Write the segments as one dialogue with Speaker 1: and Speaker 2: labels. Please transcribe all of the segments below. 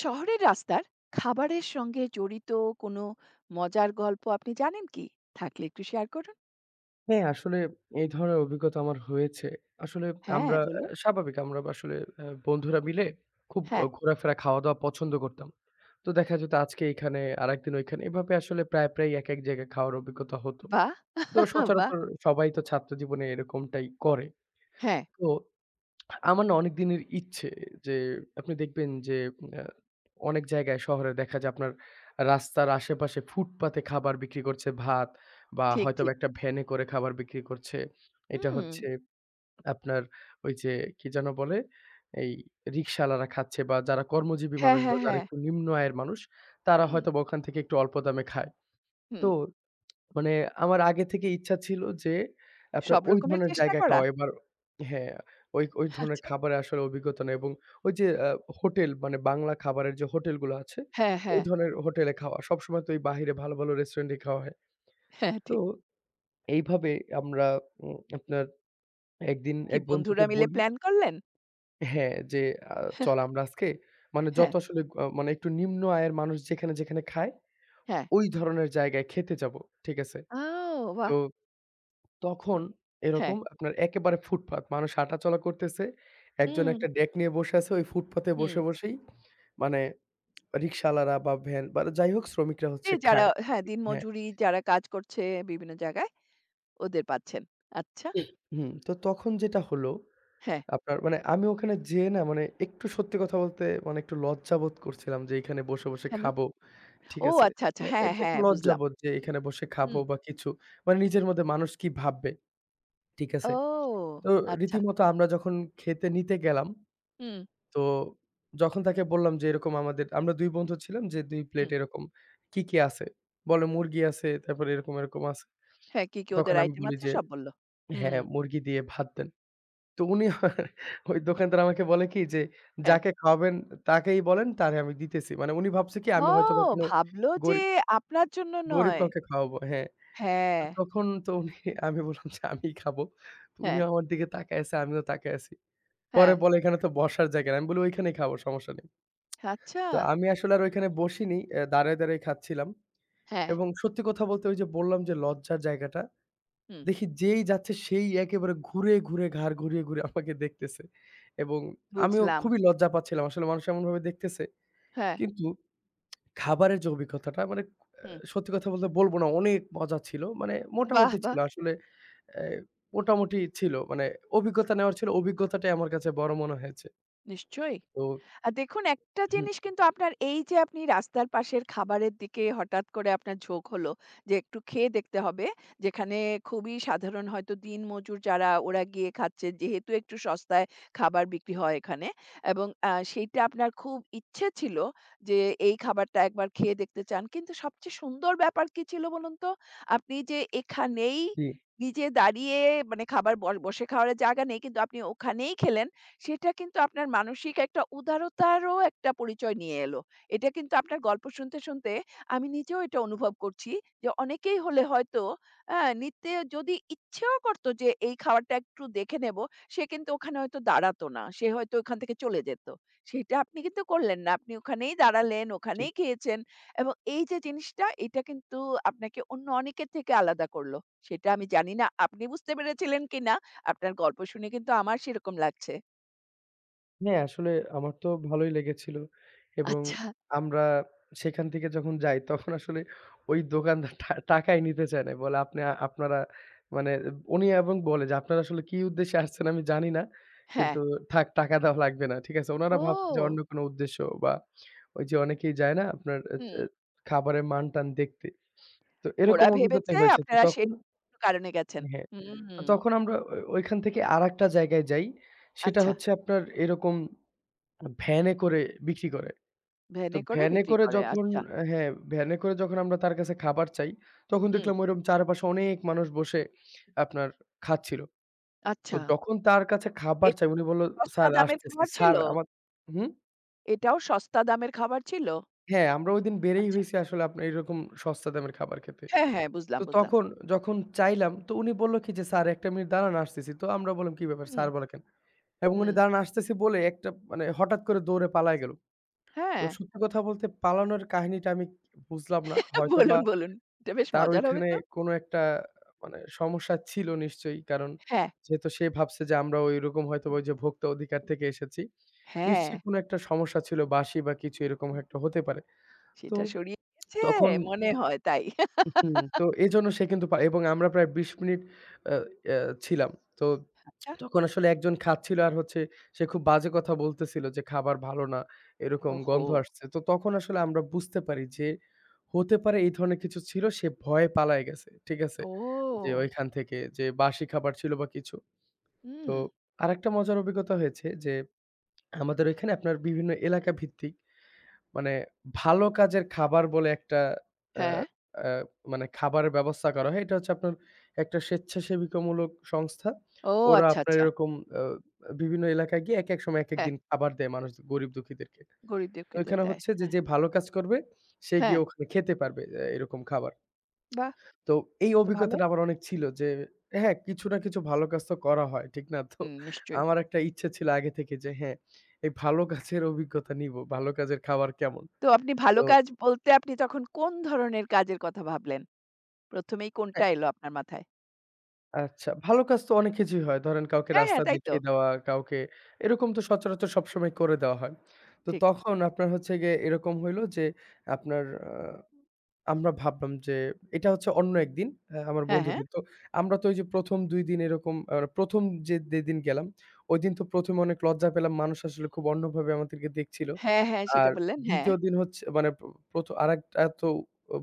Speaker 1: শহরের রাস্তার খাবারের সঙ্গে জড়িত কোনো মজার গল্প আপনি জানেন কি? থাকলে একটু শেয়ার করুন।
Speaker 2: হ্যাঁ, আসলে এই ধরনের অভিজ্ঞতা আমার হয়েছে। আসলে
Speaker 1: হ্যাঁ,
Speaker 2: আমরা আ
Speaker 1: বলুন।
Speaker 2: স্বাভাবিক আমরা আসলে বন্ধুরা মিলে খুব
Speaker 1: হ্যাঁ,
Speaker 2: ঘোরাফেরা, খাওয়া-দাওয়া পছন্দ করতাম। তো দেখা যেত আজকে এখানে, আরেকদিন ঐখানে। এভাবে আসলে প্রায় একেক জায়গায় খাওয়ার অভিজ্ঞতা হতো।
Speaker 1: বাহ!
Speaker 2: তো
Speaker 1: বাহ!
Speaker 2: সচরাচর সবাই তো ছাত্র জীবনে এরকমটাই করে।
Speaker 1: হ্যাঁ,
Speaker 2: তো আমার না অনেক দিনের ইচ্ছে যে আপনি দেখবেন যে আ অনেক জায়গায় শহরে দেখা যায় আপনার রাস্তার আশেপাশে ফুটপাতে খাবার বিক্রি করছে ভাত বা
Speaker 1: ঠিক,
Speaker 2: হয়তোবা
Speaker 1: ঠিক।
Speaker 2: একটা ভ্যানে করে খাবার বিক্রি করছে। এটা
Speaker 1: হুম।
Speaker 2: হচ্ছে আপনার ওই যে কি যেন বলে? এই রিক্শাওয়ালারা খাচ্ছে বা যারা কর্মজীবী
Speaker 1: হ্যাঁ,
Speaker 2: মানুষ বা
Speaker 1: হ্যাঁ,
Speaker 2: যারা
Speaker 1: হ্যাঁ।
Speaker 2: একটু নিম্ন আয়ের মানুষ তারা
Speaker 1: হুম,
Speaker 2: হয়তোবা ওখান থেকে একটু অল্প দামে খায়।
Speaker 1: হুম।
Speaker 2: তো মানে আমার আগে থেকে ইচ্ছা ছিল যে আপনার
Speaker 1: সব
Speaker 2: ওই
Speaker 1: রকমের
Speaker 2: ধরনের
Speaker 1: চেষ্টা
Speaker 2: জায়গায়
Speaker 1: করা?
Speaker 2: খাওয়া। এবার হ্যাঁ, ওই ওই ধরনের
Speaker 1: আচ্ছা।
Speaker 2: খাবারে আসলে অভিজ্ঞতা নেই এবং ওই যে হোটেল মানে বাংলা খাবারের যে হোটেলগুলো আছে,
Speaker 1: হ্যাঁ,
Speaker 2: ওই
Speaker 1: হ্যাঁ,
Speaker 2: ধরনের হোটেলে খাওয়া। সবসময় তো এই বাহিরে ভালো, ভালো রেস্টুরেন্টে খাওয়া হয়।
Speaker 1: হ্যাঁ,
Speaker 2: তো
Speaker 1: ঠিক।
Speaker 2: এইভাবে আমরা আপনার একদিন
Speaker 1: কি
Speaker 2: এক বন্ধুকে
Speaker 1: বন্ধুরা মিলে
Speaker 2: বলি
Speaker 1: প্ল্যান করলেন?
Speaker 2: হ্যাঁ, যে আ চল আমরা আজকে মানে যত
Speaker 1: হ্যাঁ,
Speaker 2: আসলে মানে একটু নিম্ন আয়ের মানুষ যেখানে, যেখানে খায়,
Speaker 1: হ্যাঁ।
Speaker 2: ওই ধরনের জায়গায় খেতে যাবো। ঠিক আছে?
Speaker 1: ও বাহ!
Speaker 2: তো তখন
Speaker 1: হ্যাঁ।
Speaker 2: এরকম আপনার একেবারে ফুটপাত। মানুষ হাঁটাচলা করতেছে। একজন
Speaker 1: হুম,
Speaker 2: একটা ডেক নিয়ে বসে আছে। ওই ফুটপাতে
Speaker 1: হুম।
Speaker 2: বসে, বসেই মানে রিক্শাওয়ালারা বা ভ্যান বা যাই হোক শ্রমিকরা
Speaker 1: যে
Speaker 2: হচ্ছে
Speaker 1: যারা
Speaker 2: খায়।
Speaker 1: হ্যাঁ,
Speaker 2: হ্যাঁ।
Speaker 1: দিনমজুরি যারা কাজ করছে বিভিন্ন জায়গায় ওদের পাচ্ছেন। আচ্ছা।
Speaker 2: হুম, তো তখন যেটা হলো
Speaker 1: হ্যাঁ,
Speaker 2: আপনার মানে আমি ওখানে যেয়ে না মানে একটু সত্যি কথা বলতে মানে একটু লজ্জাবোধ করছিলাম যে এখানে বসে, বসে
Speaker 1: কেন?
Speaker 2: খাবো। ঠিক
Speaker 1: ও
Speaker 2: আছে?
Speaker 1: আচ্ছা, আচ্ছা।
Speaker 2: মানে
Speaker 1: হ্যাঁ, হ্যাঁ
Speaker 2: এটা একটু
Speaker 1: হ্যাঁ, বুঝলাম।
Speaker 2: লজ্জাবোধ যে এখানে বসে খাবো
Speaker 1: হুম।
Speaker 2: বা কিছু। মানে নিজের মধ্যে মানুষ কি ভাববে? ঠিক আছে?
Speaker 1: ও
Speaker 2: তো
Speaker 1: আচ্ছা।
Speaker 2: রীতিমতো আমরা যখন খেতে নিতে গেলাম
Speaker 1: হুম,
Speaker 2: তো যখন তাকে বললাম যে এরকম আমাদের আমরা ২ বন্ধু ছিলাম যে ২ প্লেট
Speaker 1: হুম।
Speaker 2: এরকম কি, কি আছে? বলে মুরগি আছে, তারপরে এরকম, এরকম আছে।
Speaker 1: হ্যাঁ, কি, কি
Speaker 2: তখন
Speaker 1: ওদের
Speaker 2: আমি
Speaker 1: আইটেম
Speaker 2: বলি
Speaker 1: আছে
Speaker 2: যে,
Speaker 1: সব বলল। হুম,
Speaker 2: "হ্যাঁ, মুরগি দিয়ে ভাত দেন।" তো উনি ওই দোকানদার আমাকে বলে কি যে,
Speaker 1: হ্যাঁ।
Speaker 2: "যাকে খাওয়াবেন তাকেই বলেন তারে আমি দিতেছি।" মানে উনি ভাবছে কি আমি
Speaker 1: ও
Speaker 2: হয়তোবা কোনো
Speaker 1: ভাবল যে
Speaker 2: গরিব
Speaker 1: আপনার জন্য
Speaker 2: গরিব
Speaker 1: নয়।
Speaker 2: কাউকে খাওয়াবো হ্যাঁ।
Speaker 1: হ্যাঁ,
Speaker 2: তো তখন তো উনি আমি বললাম যে, "আমিই খাবো।" তো
Speaker 1: হ্যাঁ,
Speaker 2: উনিও আমার দিকে তাকায় আছে, আমিও তাকায় আছি। পরে
Speaker 1: হ্যাঁ।
Speaker 2: বলে, "এখানে তো বসার জায়গা নাই।" আমি বলি, "ওইখানেই খাবো সমস্যা নেই।"
Speaker 1: আচ্ছা।
Speaker 2: তো আমি আসলে আর ওইখানে বসিনি। দাঁড়ায়, দাঁড়ায় খাচ্ছিলাম।
Speaker 1: হ্যাঁ,
Speaker 2: এবং সত্যি কথা বলতে ওই যে বললাম যে লজ্জার জায়গাটা।
Speaker 1: হুম।
Speaker 2: দেখি যেই যাচ্ছে সেই একেবারে ঘুরে, ঘুরে ঘাড় ঘুরিয়ে, ঘুরিয়ে আমাকে দেখতেছে। এবং আমিও
Speaker 1: বুঝলাম।
Speaker 2: খুবই লজ্জা পাচ্ছিলাম। আসলে মানুষ এমনভাবে দেখতেছে।
Speaker 1: হ্যাঁ।
Speaker 2: কিন্তু খাবারের যে অভিজ্ঞতাটা মানে
Speaker 1: হুম।
Speaker 2: সত্যি কথা বলতে বলব না অনেক মজা ছিল। মানে
Speaker 1: বাহ!
Speaker 2: মোটামুটি ছিল
Speaker 1: বাহ!
Speaker 2: আসলে অ্যা মোটামুটি ছিল। মানে অভিজ্ঞতা নেওয়ার ছিল অভিজ্ঞতাটাই আমার কাছে বড় মনে হয়েছে।
Speaker 1: নিশ্চয়ই।
Speaker 2: তো
Speaker 1: দেখুন একটা
Speaker 2: হুম,
Speaker 1: জিনিস কিন্তু আপনার এই যে আপনি রাস্তার পাশের খাবারের দিকে হঠাৎ করে আপনার ঝোঁক হলো যে একটু খেয়ে দেখতে হবে। যেখানে খুবই সাধারণ হয়তো দিনমজুর যারা ওরা গিয়ে খাচ্ছে যেহেতু একটু সস্তায় খাবার বিক্রি হয় এখানে এবং সেইটা আপনার খুব ইচ্ছে ছিল যে এই খাবারটা একবার খেয়ে দেখতে চান। কিন্তু সবচেয়ে সুন্দর ব্যাপার কি ছিল বলুন তো? আপনি যে এখানেই
Speaker 2: জি,
Speaker 1: নিজে দাঁড়িয়ে মানে খাবার ব বসে খাওয়ার জায়গা নেই কিন্তু আপনি ওখানেই খেলেন। সেটা কিন্তু আপনার মানসিক একটা উদারতারও একটা পরিচয় নিয়ে এলো। এটা কিন্তু আপনার গল্প শুনতে, শুনতে আমি নিজেও এটা অনুভব করছি যে অনেকেই হলে হয়তো নিতে যদি ইচ্ছেও করত যে এই খাবারটা একটু দেখে নেব, সে কিন্তু ওখানে হয়তো দাঁড়াতো না। সে হয়তো ওখান থেকে চলে যেত। সেটা আপনি কিন্তু করলেন না। আপনি ওখানেই দাঁড়ালেন,
Speaker 2: জি।
Speaker 1: ওখানেই খেয়েছেন এবং এই যে জিনিসটা এটা কিন্তু আপনাকে অন্য অনেকের থেকে আলাদা করল। সেটা আমি জানি না আপনি বুঝতে পেরেছিলেন কিনা? আপনার গল্প শুনে কিন্তু আমার সেরকম লাগছে।
Speaker 2: হ্যাঁ, আসলে আমার তো ভালোই লেগেছিল এবং
Speaker 1: আচ্ছা,
Speaker 2: আমরা সেখান থেকে যখন যাই তখন আসলে ওই দোকানদার টাকাই নিতে চায় নাই। বলে, "আপনি আপনারা" মানে উনি এবং বলে যে, "আপনারা আসলে কি উদ্দেশ্যে আসছেন আমি জানি না।
Speaker 1: হ্যাঁ।
Speaker 2: কিন্তু থাক টাকা দেওয়া লাগবে না।" ঠিক আছে? উনারা ভাবছে যে অন্য
Speaker 1: ও!
Speaker 2: কোনো উদ্দেশ্য বা ওই যে অনেকেই যায় না আপনার এ তে
Speaker 1: হুম,
Speaker 2: খাবারের মান-টান দেখতে। তো এরকম
Speaker 1: ওরা
Speaker 2: অভিজ্ঞতাই
Speaker 1: ভেবেছে
Speaker 2: হয়েছে। তো
Speaker 1: আপনারা
Speaker 2: তখন
Speaker 1: সেই কারণে গেছেন।
Speaker 2: হ্যাঁ, তো
Speaker 1: হুম,
Speaker 2: তখন আমরা ওইখান থেকে আরেকটা জায়গায় যাই। সেটা
Speaker 1: আচ্ছা,
Speaker 2: হচ্ছে আপনার এরকম ভ্যানে করে বিক্রি করে। তো
Speaker 1: ভ্যানে করে
Speaker 2: ভ্যানে
Speaker 1: বিক্রি
Speaker 2: করে
Speaker 1: করে।
Speaker 2: যখন
Speaker 1: আচ্ছা,
Speaker 2: হ্যাঁ, ভ্যানে করে যখন আমরা তার কাছে খাবার চাই, তখন
Speaker 1: হুম,
Speaker 2: দেখলাম ওইরকম চারপাশে অনেক মানুষ বসে আপনার খাচ্ছিল। তো
Speaker 1: আচ্ছা।
Speaker 2: যখন তার কাছে খাবার
Speaker 1: এই
Speaker 2: চাই উনি বলল,
Speaker 1: সস্তা
Speaker 2: "স্যার
Speaker 1: দামের
Speaker 2: আসতেছি।"
Speaker 1: খাবার ছিল?
Speaker 2: স্যার আমার হুম?
Speaker 1: এটাও সস্তা দামের খাবার ছিল?
Speaker 2: হ্যাঁ, আমরা ওইদিন বেরেই
Speaker 1: আচ্ছা,
Speaker 2: হইছি আসলে আপনার এরকম সস্তা দামের খাবার খেতে।
Speaker 1: হ্যাঁ, হ্যাঁ, বুঝলাম,
Speaker 2: তো
Speaker 1: বুঝলাম।
Speaker 2: তখন যখন চাইলাম তো উনি বলল কি যে, "স্যার ১ টা মিনিট দাঁড়ান আসতেছি।" তো আমরা বললাম, "কি ব্যাপার
Speaker 1: হুম,
Speaker 2: স্যার বলা কেন?" এবং উনি
Speaker 1: হুম,
Speaker 2: দাঁড়ান আসতেছি বলে একটা মানে হঠাৎ করে দৌড়ে পালায় গেল। তো
Speaker 1: হ্যাঁ,
Speaker 2: সত্যি কথা বলতে পালানোর কাহিনীটা আমি বুঝলাম না। হয়তোবা
Speaker 1: বলুন, বলুন। এটা
Speaker 2: এ
Speaker 1: বেশ
Speaker 2: তার
Speaker 1: মজার হবে
Speaker 2: ঐখানে
Speaker 1: তো।
Speaker 2: কোনো একটা মানে সমস্যা ছিল নিশ্চয়ই। কারণ
Speaker 1: হ্যাঁ,
Speaker 2: যেহেতু সে ভাবছে যে আমরা ঐরকম হয়তোবা ওই যে ভোক্তা অধিকার থেকে এসেছি।
Speaker 1: হ্যাঁ,
Speaker 2: নিশ্চয়ই কোনো একটা সমস্যা ছিল বাঁশি বা কিছু এরকম একটা হতে পারে। তো
Speaker 1: সেটা সরিয়ে গেছে
Speaker 2: তখন
Speaker 1: মনে হয় তাই।
Speaker 2: হুম, তো এজন্য সে কিন্তু পা এবং আমরা প্রায় ২০ মিনিট আ অ্যা ছিলাম। তো
Speaker 1: আচ্ছা,
Speaker 2: তখন আসলে একজন খাচ্ছিল আর হচ্ছে সে খুব বাজে কথা বলতেছিল যে, "খাবার ভালো না।" এরকম
Speaker 1: ওহো!
Speaker 2: গন্ধ আসছে। তো তখন আসলে আমরা বুঝতে পারি যে, হতে পারে এই ধরনের কিছু ছিল, সে ভয়ে পালায় গেছে। ঠিক আছে? যে
Speaker 1: ও!
Speaker 2: ওইখান থেকে যে বাসি খাবার ছিল বা কিছু।
Speaker 1: হুম,
Speaker 2: তো আরেকটা মজার অভিজ্ঞতা হয়েছে যে, আমাদের ওইখানে আপনার বিভিন্ন এলাকা ভিত্তিক মানে ভালো কাজের খাবার বলে একটা আ
Speaker 1: হ্যাঁ,
Speaker 2: আ মানে খাবারের ব্যবস্থা করা হয়। এটা হচ্ছে আপনার একটা স্বেচ্ছাসেবিকামূলক সংস্থা।
Speaker 1: ও
Speaker 2: ওরা
Speaker 1: আচ্ছা,
Speaker 2: আপনার
Speaker 1: আচ্ছা,
Speaker 2: এরকম আ বিভিন্ন এলাকায় গিয়ে একেক সময় একেক
Speaker 1: হ্যাঁ।
Speaker 2: দিন খাবার দেয় মানুষ গরিব দুঃখীদেরকে।
Speaker 1: গরিব
Speaker 2: তো
Speaker 1: দুঃখীদের
Speaker 2: ওইখানে
Speaker 1: দেয়।
Speaker 2: হচ্ছে যে,
Speaker 1: হ্যাঁ,
Speaker 2: যে ভালো কাজ করবে সে গিয়ে
Speaker 1: হ্যাঁ,
Speaker 2: ওখানে খেতে পারবে এরকম খাবার।
Speaker 1: বাহ!
Speaker 2: তো এই
Speaker 1: সেটা তো ভালো।
Speaker 2: অভিজ্ঞতাটা আমার অনেক ছিল যে হ্যাঁ, কিছু না কিছু ভালো কাজ তো করা হয়। ঠিক না? তো
Speaker 1: হুম, নিশ্চয়ই।
Speaker 2: আমার একটা ইচ্ছে ছিল আগে থেকে যে হ্যাঁ, এই ভালো কাজের অভিজ্ঞতা নিব। ভালো কাজের খাবার কেমন?
Speaker 1: তো আপনি
Speaker 2: তো
Speaker 1: ভালো কাজ বলতে আপনি তখন কোন ধরনের কাজের কথা ভাবলেন? ১ম এই কোনটা
Speaker 2: হ্যাঁ,
Speaker 1: এলো আপনার মাথায়?
Speaker 2: আচ্ছা, ভালো কাজ তো অনেক কিছুই হয়। ধরেন কাউকে
Speaker 1: হ্যাঁ,
Speaker 2: রাস্তা
Speaker 1: হ্যাঁ, তাই তো।
Speaker 2: দেখিয়ে দেওয়া, কাউকে এরকম তো সচরাচর সবসময় করে দেওয়া হয়। তো
Speaker 1: ঠিক।
Speaker 2: তখন আপনার হচ্ছে গিয়ে এরকম হইলো যে আপনার আ আমরা ভাবলাম যে এটা হচ্ছে অন্য একদিন আমার
Speaker 1: হ্যাঁ, হ্যাঁ।
Speaker 2: বন্ধুদের। তো আমরা তো ওই যে ১ম ২ দিন এরকম ১ম যে যেদিন গেলাম, ওইদিন তো ১ম এ অনেক লজ্জা পেলাম। মানুষ আসলে খুব অন্যভাবে আমাদেরকে দেখছিল।
Speaker 1: হ্যাঁ, হ্যাঁ, সেটা
Speaker 2: আর
Speaker 1: বললেন। হ্যাঁ,
Speaker 2: ২য় দিন হচ্ছে মানে প্র প্রথ আরেকটা তো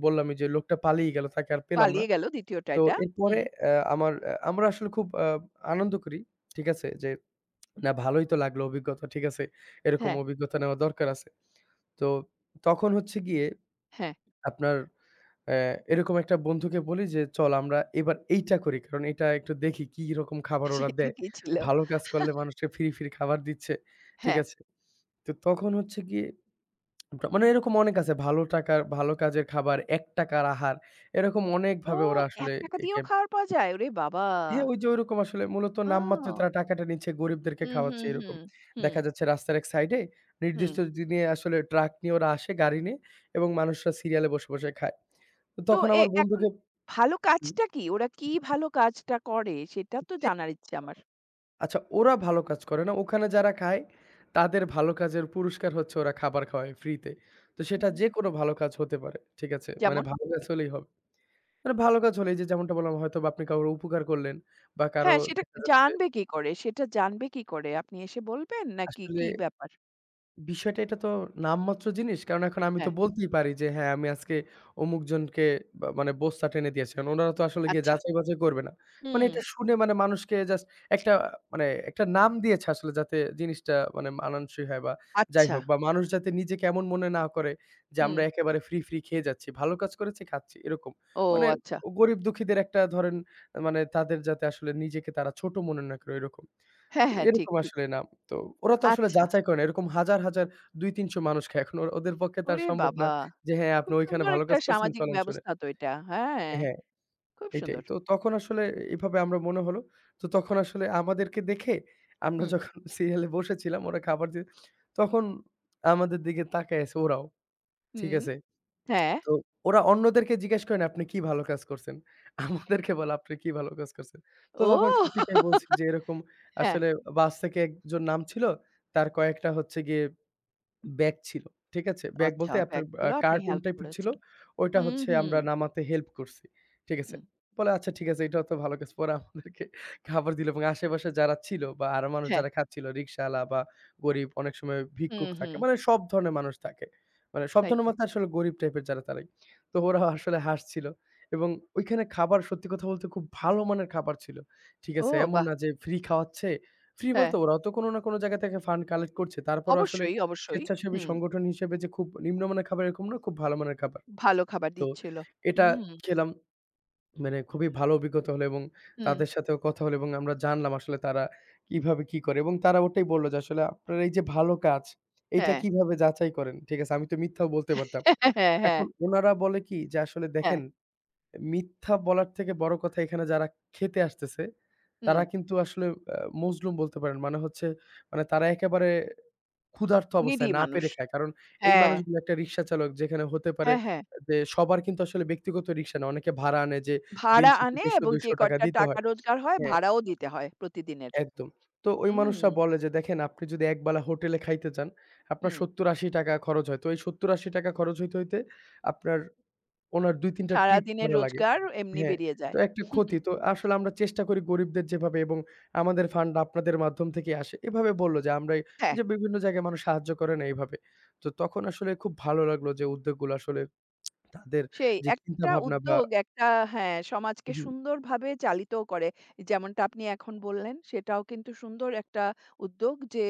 Speaker 2: বললামই যে লোকটা পালিয়ে গেল। তাকে আর পেলাম না।
Speaker 1: পালিয়ে গেল ২য় টা
Speaker 2: তো
Speaker 1: এটা।
Speaker 2: এরপরে
Speaker 1: হুম।
Speaker 2: আ আমার আ আমরা আসলে খুব আনন্দ করি। ঠিক আছে? যে না ভালোই তো লাগলো অভিজ্ঞতা, ঠিক আছে? এরকম
Speaker 1: হ্যাঁ,
Speaker 2: অভিজ্ঞতা নেওয়া দরকার আছে। তো তখন হচ্ছে গিয়ে
Speaker 1: হ্যাঁ,
Speaker 2: আপনার অ্যা এরকম একটা বন্ধুকে বলি যে, "চল আমরা এবার এইটা করি। কারণ এটা একটু দেখি কি রকম খাবার ওরা
Speaker 1: সেটা
Speaker 2: দেয়।
Speaker 1: কি ছিল?
Speaker 2: ভালো কাজ করলে মানুষকে ফ্রি, ফ্রি খাবার দিচ্ছে।" ঠিক
Speaker 1: হ্যাঁ।
Speaker 2: আছে? তো তখন হচ্ছে গিয়ে মানে এরকম অনেক আছে। ভালো টাকার ভালো কাজের খাবার, ৳১ র আহার এরকম
Speaker 1: ও
Speaker 2: অনেকভাবে ওরা আসলে
Speaker 1: ৳১
Speaker 2: একে
Speaker 1: দিয়েও খাবার পাওয়া যায়? ওরে বাবা!
Speaker 2: হ্যাঁ, ওই যে ঐরকম আসলে মূলত নামমাত্র
Speaker 1: ও!
Speaker 2: তারা টাকাটা নিচ্ছে, গরিবদেরকে
Speaker 1: হুম,
Speaker 2: খাওয়াচ্ছে
Speaker 1: হুম,
Speaker 2: এরকম।
Speaker 1: হুম, হুম,
Speaker 2: দেখা যাচ্ছে রাস্তার এক সাইডে
Speaker 1: হুম।
Speaker 2: নির্দিষ্ট দিনে আসলে ট্রাক নিয়ে ওরা আসে গাড়ি নিয়ে এবং মানুষরা সিরিয়ালে বসে, বসে খায়। তো
Speaker 1: তো
Speaker 2: তখন
Speaker 1: এ
Speaker 2: আমার
Speaker 1: এখন
Speaker 2: বন্ধুকে
Speaker 1: ভালো
Speaker 2: হুম,
Speaker 1: কাজটা কি? ওরা কি ভালো কাজটা করে? সেটা তো
Speaker 2: জি,
Speaker 1: জানার ইচ্ছে আমার।
Speaker 2: আচ্ছা ওরা ভালো কাজ করে না। ওখানে যারা খায় তাদের ভালো কাজের পুরস্কার হচ্ছে ওরা খাবার খাওয়ায় ফ্রিতে। তো
Speaker 1: হুম,
Speaker 2: সেটা
Speaker 1: হুম।
Speaker 2: যেকোনো ভালো কাজ হতে পারে। ঠিক আছে? মানে
Speaker 1: যেমন?
Speaker 2: ভালো কাজ হলেই হবে। মানে ভালো কাজ হলে এই যে যেমনটা বললাম হয়তোবা আপনি কারো উপকার করলেন বা কারো
Speaker 1: হ্যাঁ, সেটা
Speaker 2: দেখা যাচ্ছে
Speaker 1: জানবে কি করে? সেটা জানবে কি করে? আপনি এসে বলবেন নাকি
Speaker 2: আসলে
Speaker 1: কি ব্যাপার?
Speaker 2: বিষয়টা এটা তো নামমাত্র জিনিস। কারণ এখন আমি তো
Speaker 1: হ্যাঁ,
Speaker 2: বলতেই পারি যে, হ্যাঁ, আমি আজকে অমুকজনকে বা মানে বস্তা টেনে দিয়েছি। কারণ ওনারা তো আসলে গিয়ে
Speaker 1: আচ্ছা।
Speaker 2: যাচাই-বাছাই করবে না। মানে
Speaker 1: হুম,
Speaker 2: এটা শুনে মানে মানুষকে জাস্ট একটা মানে একটা নাম দিয়েছে আসলে যাতে জিনিসটা মানে মানানসই হয় বা যাই
Speaker 1: আচ্ছা।
Speaker 2: হোক বা মানুষ যাতে নিজেকে এমন মনে না করে যে,
Speaker 1: হুম,
Speaker 2: আমরা একেবারে ফ্রি, ফ্রি খেয়ে যাচ্ছি। ভালো কাজ করেছি, খাচ্ছি এরকম।
Speaker 1: ও
Speaker 2: মানে
Speaker 1: আচ্ছা।
Speaker 2: গরিব দুঃখীদের একটা ধরেন মানে তাদের যাতে আসলে নিজেকে তারা ছোট মনে না করে এরকম।
Speaker 1: হ্যাঁ,
Speaker 2: তো
Speaker 1: হ্যাঁ, ঠিক,
Speaker 2: এরকম
Speaker 1: ঠিক।
Speaker 2: আসলে না তো ওরা তো আসলে
Speaker 1: আচ্ছা।
Speaker 2: যাচাই করে না। এরকম হাজার, হাজার ২-৩০০ মানুষ খায়। এখন ওদের পক্ষে তো আর
Speaker 1: ওরে
Speaker 2: সম্ভব না
Speaker 1: বাবা!
Speaker 2: যে হ্যাঁ, আপনি
Speaker 1: খুব
Speaker 2: ওইখানে
Speaker 1: সুন্দর
Speaker 2: ভালো
Speaker 1: একটা
Speaker 2: কাজ করছেন,
Speaker 1: সামাজিক
Speaker 2: চলেন শুনেন।
Speaker 1: ব্যবস্থা তো এটা। হ্যাঁ,
Speaker 2: হ্যাঁ,
Speaker 1: খুব
Speaker 2: এইটাই।
Speaker 1: সুন্দর।
Speaker 2: তো তখন আসলে এভাবে আমরা মনে হলো। তো তখন আসলে আমাদেরকে দেখে আমরা
Speaker 1: হুম,
Speaker 2: যখন সিরিয়ালে বসেছিলাম ওরা খাবার দিয়ে তখন আমাদের দিকে তাকায় আছে ওরাও। ঠিক
Speaker 1: হুম,
Speaker 2: আছে?
Speaker 1: হ্যাঁ।
Speaker 2: তো ওরা অন্যদেরকে জিজ্ঞেস করে না, "আপনি কি ভালো কাজ করছেন?" আমাদেরকে বলে, "আপনি কি ভালো কাজ করছেন?" তো তখন
Speaker 1: ও!
Speaker 2: সত্যিটাই বলছি যে এরকম
Speaker 1: হ্যাঁ,
Speaker 2: আসলে বাস থেকে একজন নামছিল। তার কয়েকটা হচ্ছে গিয়ে ব্যাগ ছিল। ঠিক আছে? ব্যাগ
Speaker 1: আচ্ছা
Speaker 2: বলতে আপনার
Speaker 1: ব্যাগগুলো আপনি
Speaker 2: কার্টুন
Speaker 1: হেল্প
Speaker 2: টাইপের ছিল।
Speaker 1: করেছেন।
Speaker 2: ওইটা
Speaker 1: হুম,
Speaker 2: হচ্ছে
Speaker 1: হুম,
Speaker 2: আমরা নামাতে হেল্প করছি। ঠিক আছে?
Speaker 1: হুম।
Speaker 2: বলে, "আচ্ছা ঠিক আছে, এটাও তো ভালো কাজ।" পরে আমাদেরকে খাবার দিল এবং আশেপাশে যারা ছিল বা আরো মানুষ
Speaker 1: হ্যাঁ।
Speaker 2: যারা খাচ্ছিল, রিক্শাওয়ালা বা গরিব, অনেক সময়
Speaker 1: হুম,
Speaker 2: ভিক্ষুক থাকে।
Speaker 1: হুম।
Speaker 2: মানে সব ধরনের মানুষ থাকে। মানে সব
Speaker 1: তাই
Speaker 2: ধরনের
Speaker 1: তো।
Speaker 2: বলতে আসলে গরিব টাইপের যারা তারাই। তো ওরা আসলে হাসছিল এবং ওইখানে খাবার সত্যি কথা বলতে খুব ভালো মানের খাবার ছিল। ঠিক
Speaker 1: ও
Speaker 2: আছে? এমন
Speaker 1: বাহ!
Speaker 2: না যে ফ্রি খাওয়াচ্ছে। ফ্রি
Speaker 1: হ্যাঁ,
Speaker 2: বলতে ওরাও তো কোনো না কোনো জায়গা থেকে ফান্ড কালেক্ট করছে। তারপরও আসলে
Speaker 1: অবশ্যই, অবশ্যই।
Speaker 2: স্বেচ্ছাসেবী
Speaker 1: হুম,
Speaker 2: সংগঠন হিসেবে যে খুব নিম্নমানের খাবার এরকম না, খুব ভালো মানের খাবার।
Speaker 1: ভালো খাবার
Speaker 2: তো
Speaker 1: দিচ্ছিল।
Speaker 2: এটা
Speaker 1: হুম,
Speaker 2: খেলাম মানে খুবই ভালো অভিজ্ঞতা হলো এবং
Speaker 1: হুম।
Speaker 2: তাদের সাথেও কথা হলো এবং আমরা জানলাম আসলে তারা কিভাবে কি করে এবং তারা ওটাই বলল যে, "আসলে আপনার এই যে ভালো কাজ, এইটা
Speaker 1: হ্যাঁ,
Speaker 2: কিভাবে যাচাই করেন?" ঠিক আছে? আমি তো মিথ্যাও বলতে পারতাম।
Speaker 1: হ্যাঁ, হ্যাঁ, হ্যাঁ।
Speaker 2: এখন উনারা বলে কি যে, "আসলে
Speaker 1: হ্যাঁ,
Speaker 2: দেখেন মিথ্যা বলার থেকে বড় কথা এখানে যারা খেতে আসতেছে,
Speaker 1: হুম,
Speaker 2: তারা কিন্তু আসলে আ মজলুম বলতে পারেন। মানে হচ্ছে মানে তারা একেবারে ক্ষুধার্ত
Speaker 1: নিডি
Speaker 2: অবস্থায় না
Speaker 1: মানুষ।
Speaker 2: পেরে খায়। কারণ এই
Speaker 1: হ্যাঁ,
Speaker 2: মানুষগুলো একটা রিক্সা চালক যেখানে হতে পারে
Speaker 1: হ্যাঁ, হ্যাঁ।
Speaker 2: যে সবার কিন্তু আসলে ব্যক্তিগত রিক্সা না। অনেকে ভাড়া আনে যে দিন
Speaker 1: ভাড়া
Speaker 2: শেষে
Speaker 1: আনে এবং যে
Speaker 2: ৳১৫০-৳২০০
Speaker 1: কটা
Speaker 2: দিতে
Speaker 1: টাকা
Speaker 2: হয়।
Speaker 1: রোজগার হয়
Speaker 2: হ্যাঁ,
Speaker 1: ভাড়াও দিতে হয় প্রতিদিনের।
Speaker 2: একদম। তো ওই
Speaker 1: হুম,
Speaker 2: মানুষরা বলে যে দেখেন আপনি যদি একবেলা হোটেলে খাইতে যান, আপনার
Speaker 1: হুম।
Speaker 2: ৳৭০-৮০ খরচ হয়। তো এই ৳৭০-৮০ খরচ হইতে আপনার উনার ২-৩ টা ট্রিপ
Speaker 1: সারাদিনের
Speaker 2: মারা লাগে।
Speaker 1: রোজগার এমনি
Speaker 2: হ্যাঁ,
Speaker 1: বেরিয়ে
Speaker 2: তো
Speaker 1: যায়।
Speaker 2: একটা ক্ষতি। তো আসলে আমরা চেষ্টা করি গরিবদের যেভাবে এবং আমাদের ফান্ড আপনাদের মাধ্যম থেকেই আসে। এভাবে বলল যে আমরা
Speaker 1: হ্যাঁ।
Speaker 2: যে বিভিন্ন জায়গায় মানুষ সাহায্য করে না এইভাবে। তো তখন আসলে খুব ভালো লাগলো যে উদ্যোগগুলো আসলে তাদের
Speaker 1: সেই
Speaker 2: যে
Speaker 1: একটা
Speaker 2: চিন্তাভাবনা বা
Speaker 1: উদ্যোগ একটা হ্যাঁ, সমাজকে
Speaker 2: হুম,
Speaker 1: সুন্দরভাবে চালিত করে। যেমনটা আপনি এখন বললেন সেটাও কিন্তু সুন্দর একটা উদ্যোগ যে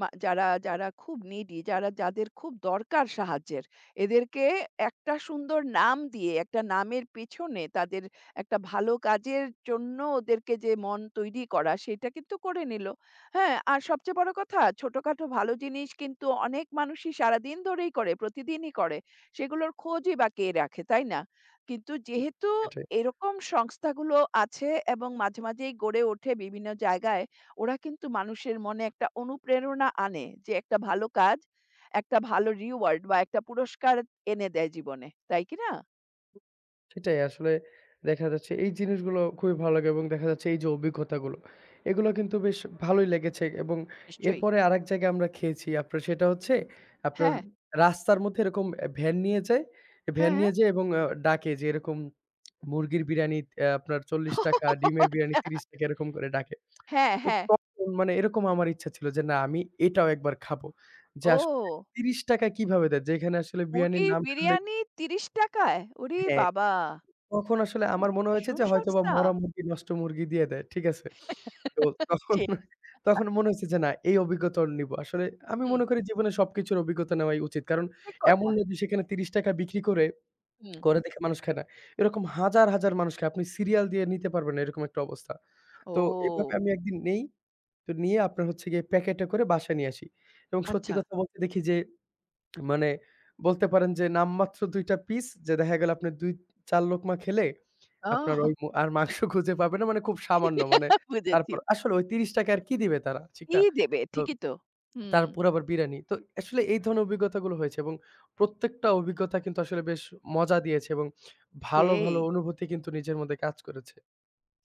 Speaker 1: মা যারা, যারা খুব needy যারা যাদের খুব দরকার সাহায্যের এদেরকে একটা সুন্দর নাম দিয়ে একটা নামের পেছনে তাদের একটা ভালো কাজের জন্য ওদেরকে যে মন তৈরি করা সেটা কিন্তু করে নিল। হ্যাঁ, আর সবচেয়ে বড় কথা ছোটখাটো ভালো জিনিস কিন্তু অনেক মানুষই সারাদিন ধরেই করে, প্রতিদিনই করে। সেগুলোর খোঁজই বা কে রাখে, তাই না? কিন্তু যেহেতু
Speaker 2: সেটাই।
Speaker 1: এরকম সংস্থাগুলো আছে এবং মাঝে, মাঝেই গড়ে ওঠে বিভিন্ন জায়গায়, ওরা কিন্তু মানুষের মনে একটা অনুপ্রেরণা আনে যে একটা ভালো কাজ, একটা ভালো রিওয়ার্ড বা একটা পুরস্কার এনে দেয় জীবনে। তাই কি না?
Speaker 2: সেটাই আসলে দেখা যাচ্ছে এই জিনিসগুলো খুবই ভালো লাগে এবং দেখা যাচ্ছে এই যে অভিজ্ঞতাগুলো এগুলো কিন্তু বেশ ভালোই লেগেছে এবং
Speaker 1: নিশ্চয়ই।
Speaker 2: এরপরে আরেক জায়গায় আমরা খেয়েছি আপনার সেটা হচ্ছে আপনার
Speaker 1: হ্যাঁ,
Speaker 2: রাস্তার মধ্যে এরকম ভ্যান নিয়ে যায় ভ্যান
Speaker 1: হ্যাঁ,
Speaker 2: নিয়ে যায় এবং ডাকে যে এরকম মুরগির বিরিয়ানি আপনার ৳৪০
Speaker 1: হ্যাঁ।
Speaker 2: ডিমের বিরিয়ানি
Speaker 1: আচ্ছা।
Speaker 2: ৳৩০ এরকম করে ডাকে
Speaker 1: হ্যাঁ,
Speaker 2: তো
Speaker 1: হ্যাঁ।
Speaker 2: তখন মানে এরকম আমার ইচ্ছা ছিল যে না আমি এটাও একবার খাবো যে আসলে
Speaker 1: ও!
Speaker 2: ৳৩০ কিভাবে দেয় যেখানে আসলে বিরিয়ানির
Speaker 1: মুরগির
Speaker 2: নাম শুনলে
Speaker 1: বিরিয়ানি ৳৩০ য়? ওরে
Speaker 2: হ্যাঁ
Speaker 1: বাবা!
Speaker 2: তখন আসলে
Speaker 1: সে তো
Speaker 2: আমার মনে হয়েছে
Speaker 1: ভীষণ
Speaker 2: যে হয়তোবা
Speaker 1: সস্তা।
Speaker 2: মরা মুরগি নষ্ট মুরগি দিয়ে দেয়। ঠিক আছে? তো তখন
Speaker 1: সে
Speaker 2: তখন মনে হয়েছে যে না এই অভিজ্ঞতা নিবো। আসলে আমি
Speaker 1: হুম।
Speaker 2: মনে করি জীবনে সবকিছুর অভিজ্ঞতা নেওয়াই উচিত। কারণ
Speaker 1: ঠিক কথা।
Speaker 2: এমন না যে সেখানে ৳৩০ বিক্রি করে,
Speaker 1: হুম।
Speaker 2: করে দেখে মানুষ খায় না। এরকম হাজার, হাজার মানুষ খায়। আপনি সিরিয়াল দিয়ে নিতে পারবেন না এরকম একটা অবস্থা। তো এভাবে
Speaker 1: ও!
Speaker 2: আমি একদিন নেই। তো নিয়ে আপনার হচ্ছে গিয়ে প্যাকেটে করে বাসায় নিয়ে আসি। এবং সত্যি
Speaker 1: আচ্ছা।
Speaker 2: কথা বলতে দেখি যে মানে বলতে পারেন যে নামমাত্র ২ টা পিস যে দেখা গেল আপনি ২ ৪ লোকমা খেলে আপনার
Speaker 1: ওহ!
Speaker 2: ওই আর মাংস খুঁজে পাবে না মানে খুব সামান্য মানে
Speaker 1: বুঝেছি।
Speaker 2: তারপর আসলে ওই ৳৩০ আর কি দিবে তারা, ঠিক
Speaker 1: কি
Speaker 2: না?
Speaker 1: দেবে?
Speaker 2: তো
Speaker 1: ঠিকই তো। হুম।
Speaker 2: তারপর আবার বিরানি। তো আসলে এই ধরনের অভিজ্ঞতাগুলো হয়েছে এবং প্রত্যেকটা অভিজ্ঞতা কিন্তু আসলে বেশ মজা দিয়েছে এবং ভালো,
Speaker 1: সেই।
Speaker 2: ভালো অনুভূতি কিন্তু নিজের মধ্যে কাজ করেছে।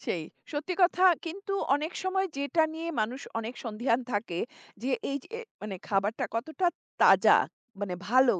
Speaker 1: সেই। সত্যি কথা কিন্তু অনেক সময় যেটা নিয়ে মানুষ অনেক সন্দিহান থাকে যে এই যে মানে খাবারটা কতটা তাজা মানে ভালো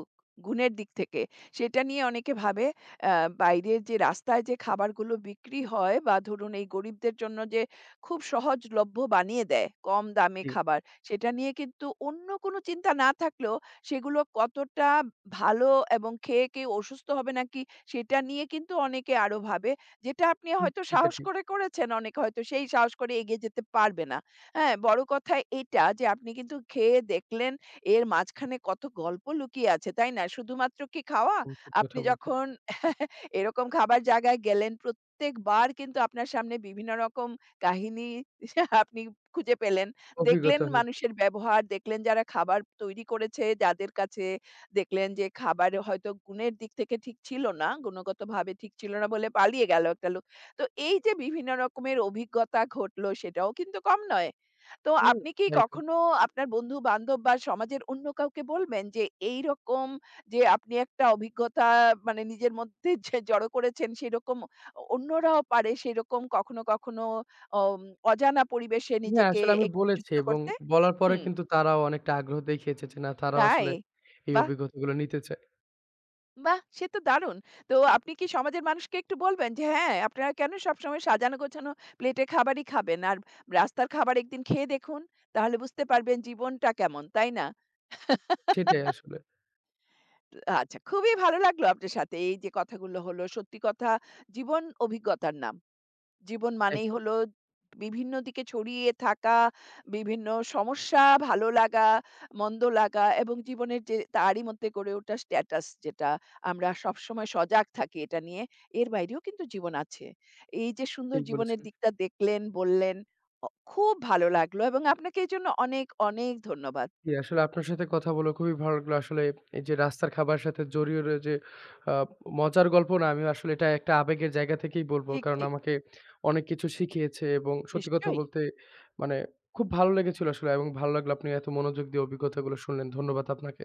Speaker 1: গুণের দিক থেকে সেটা নিয়ে অনেকে ভাবে আ বাইরের যে রাস্তায় যে খাবারগুলো বিক্রি হয় বা ধরুন এই গরিবদের জন্য যে খুব সহজলভ্য বানিয়ে দেয় কম দামে
Speaker 2: জি,
Speaker 1: খাবার সেটা নিয়ে কিন্তু অন্য কোনো চিন্তা না থাকলেও সেগুলো কতটা ভালো এবং খেয়ে কেউ অসুস্থ হবে নাকি সেটা নিয়ে কিন্তু অনেকে আরো ভাবে। যেটা আপনি
Speaker 2: হুম,
Speaker 1: হয়তো
Speaker 2: সেটা
Speaker 1: সাহস
Speaker 2: ঠিক।
Speaker 1: করে করেছেন অনেকে হয়তো সেই সাহস করে এগিয়ে যেতে পারবে না। হ্যাঁ, বড় কথা এটা যে আপনি কিন্তু খেয়ে দেখলেন এর মাঝখানে কত গল্প লুকিয়ে আছে, তাই না? শুধুমাত্র কি খাওয়া?
Speaker 2: হুম, সত্যি কথা
Speaker 1: আপনি
Speaker 2: বলতে।
Speaker 1: যখন এরকম খাবার জায়গায় গেলেন প্রত্যেকবার কিন্তু আপনার সামনে বিভিন্ন রকম কাহিনী আপনি খুঁজে পেলেন। দেখলেন
Speaker 2: অভিজ্ঞতা হয়েছে।
Speaker 1: মানুষের ব্যবহার, দেখলেন যারা খাবার তৈরি করেছে যাদের কাছে দেখলেন যে খাবার হয়তো গুণের দিক থেকে ঠিক ছিল না, গুণগতভাবে ঠিক ছিল না বলে পালিয়ে গেল একটা লোক। তো এই যে বিভিন্ন রকমের অভিজ্ঞতা ঘটলো সেটাও কিন্তু কম নয়। তো
Speaker 2: হুম,
Speaker 1: আপনি কি
Speaker 2: তাই তো।
Speaker 1: কখনো আপনার বন্ধু-বান্ধব বা সমাজের অন্য কাউকে বলবেন যে এইরকম যে আপনি একটা অভিজ্ঞতা মানে নিজের মধ্যে যে জড়ো করেছেন সেরকম অন্যরাও পারে সেরকম কখনো, কখনো অম অজানা পরিবেশে
Speaker 2: হ্যাঁ,
Speaker 1: নিজেকে
Speaker 2: আসলে আমি
Speaker 1: একটু
Speaker 2: বলেছি
Speaker 1: যুক্ত
Speaker 2: এবং
Speaker 1: করতে?
Speaker 2: বলার পরে
Speaker 1: হুম,
Speaker 2: কিন্তু তারাও অনেকটা আগ্রহ দেখিয়েছে যে না তারাও
Speaker 1: তাই?
Speaker 2: আসলে এই
Speaker 1: বাহ!
Speaker 2: অভিজ্ঞতাগুলো নিতে চায়।
Speaker 1: বাহ! সে তো দারুণ। তো আপনি কি সমাজের মানুষকে একটু বলবেন যে, হ্যাঁ, আপনারা কেন সবসময় সাজানো গোছানো প্লেটে খাবারই খাবেন? আর রাস্তার খাবার একদিন খেয়ে দেখুন। তাহলে বুঝতে পারবেন জীবনটা কেমন, তাই না?
Speaker 2: সেটাই আসলে।
Speaker 1: আচ্ছা, খুবই ভালো লাগলো আপনার সাথে এই যে কথাগুলো হলো। সত্যি কথা জীবন অভিজ্ঞতার নাম। জীবন মানেই
Speaker 2: একদম
Speaker 1: হলো বিভিন্ন দিকে ছড়িয়ে থাকা, বিভিন্ন সমস্যা, ভালো লাগা, মন্দ লাগা এবং জীবনের যে তারই মধ্যে গড়ে ওঠা স্ট্যাটাস যেটা আমরা সবসময় সজাগ থাকি এটা নিয়ে। এর বাইরেও কিন্তু জীবন আছে। এই যে সুন্দর
Speaker 2: ঠিক
Speaker 1: জীবনের
Speaker 2: বলেছেন।
Speaker 1: দিকটা দেখলেন, বললেন, অ খুব ভালো লাগলো এবং আপনাকে এজন্য অনেক, অনেক ধন্যবাদ।
Speaker 2: জি, আসলে আপনার সাথে কথা বলে খুবই ভালো লাগলো। আসলে এই যে রাস্তার খাবারের সাথে জড়িয়ে রয়ে যে আ মজার গল্প না, আমি আসলে এটা একটা আবেগের জায়গা থেকেই বলব।
Speaker 1: ঠিক,
Speaker 2: কারণ
Speaker 1: ঠিক।
Speaker 2: আমাকে অনেক কিছু শিখিয়েছে এবং সত্যি কথা
Speaker 1: নিশ্চয়ই।
Speaker 2: বলতে মানে খুব ভালো লেগেছিল আসলে এবং ভালো লাগলো আপনি এত মনোযোগ দিয়ে অভিজ্ঞতাগুলো শুনলেন। ধন্যবাদ আপনাকে।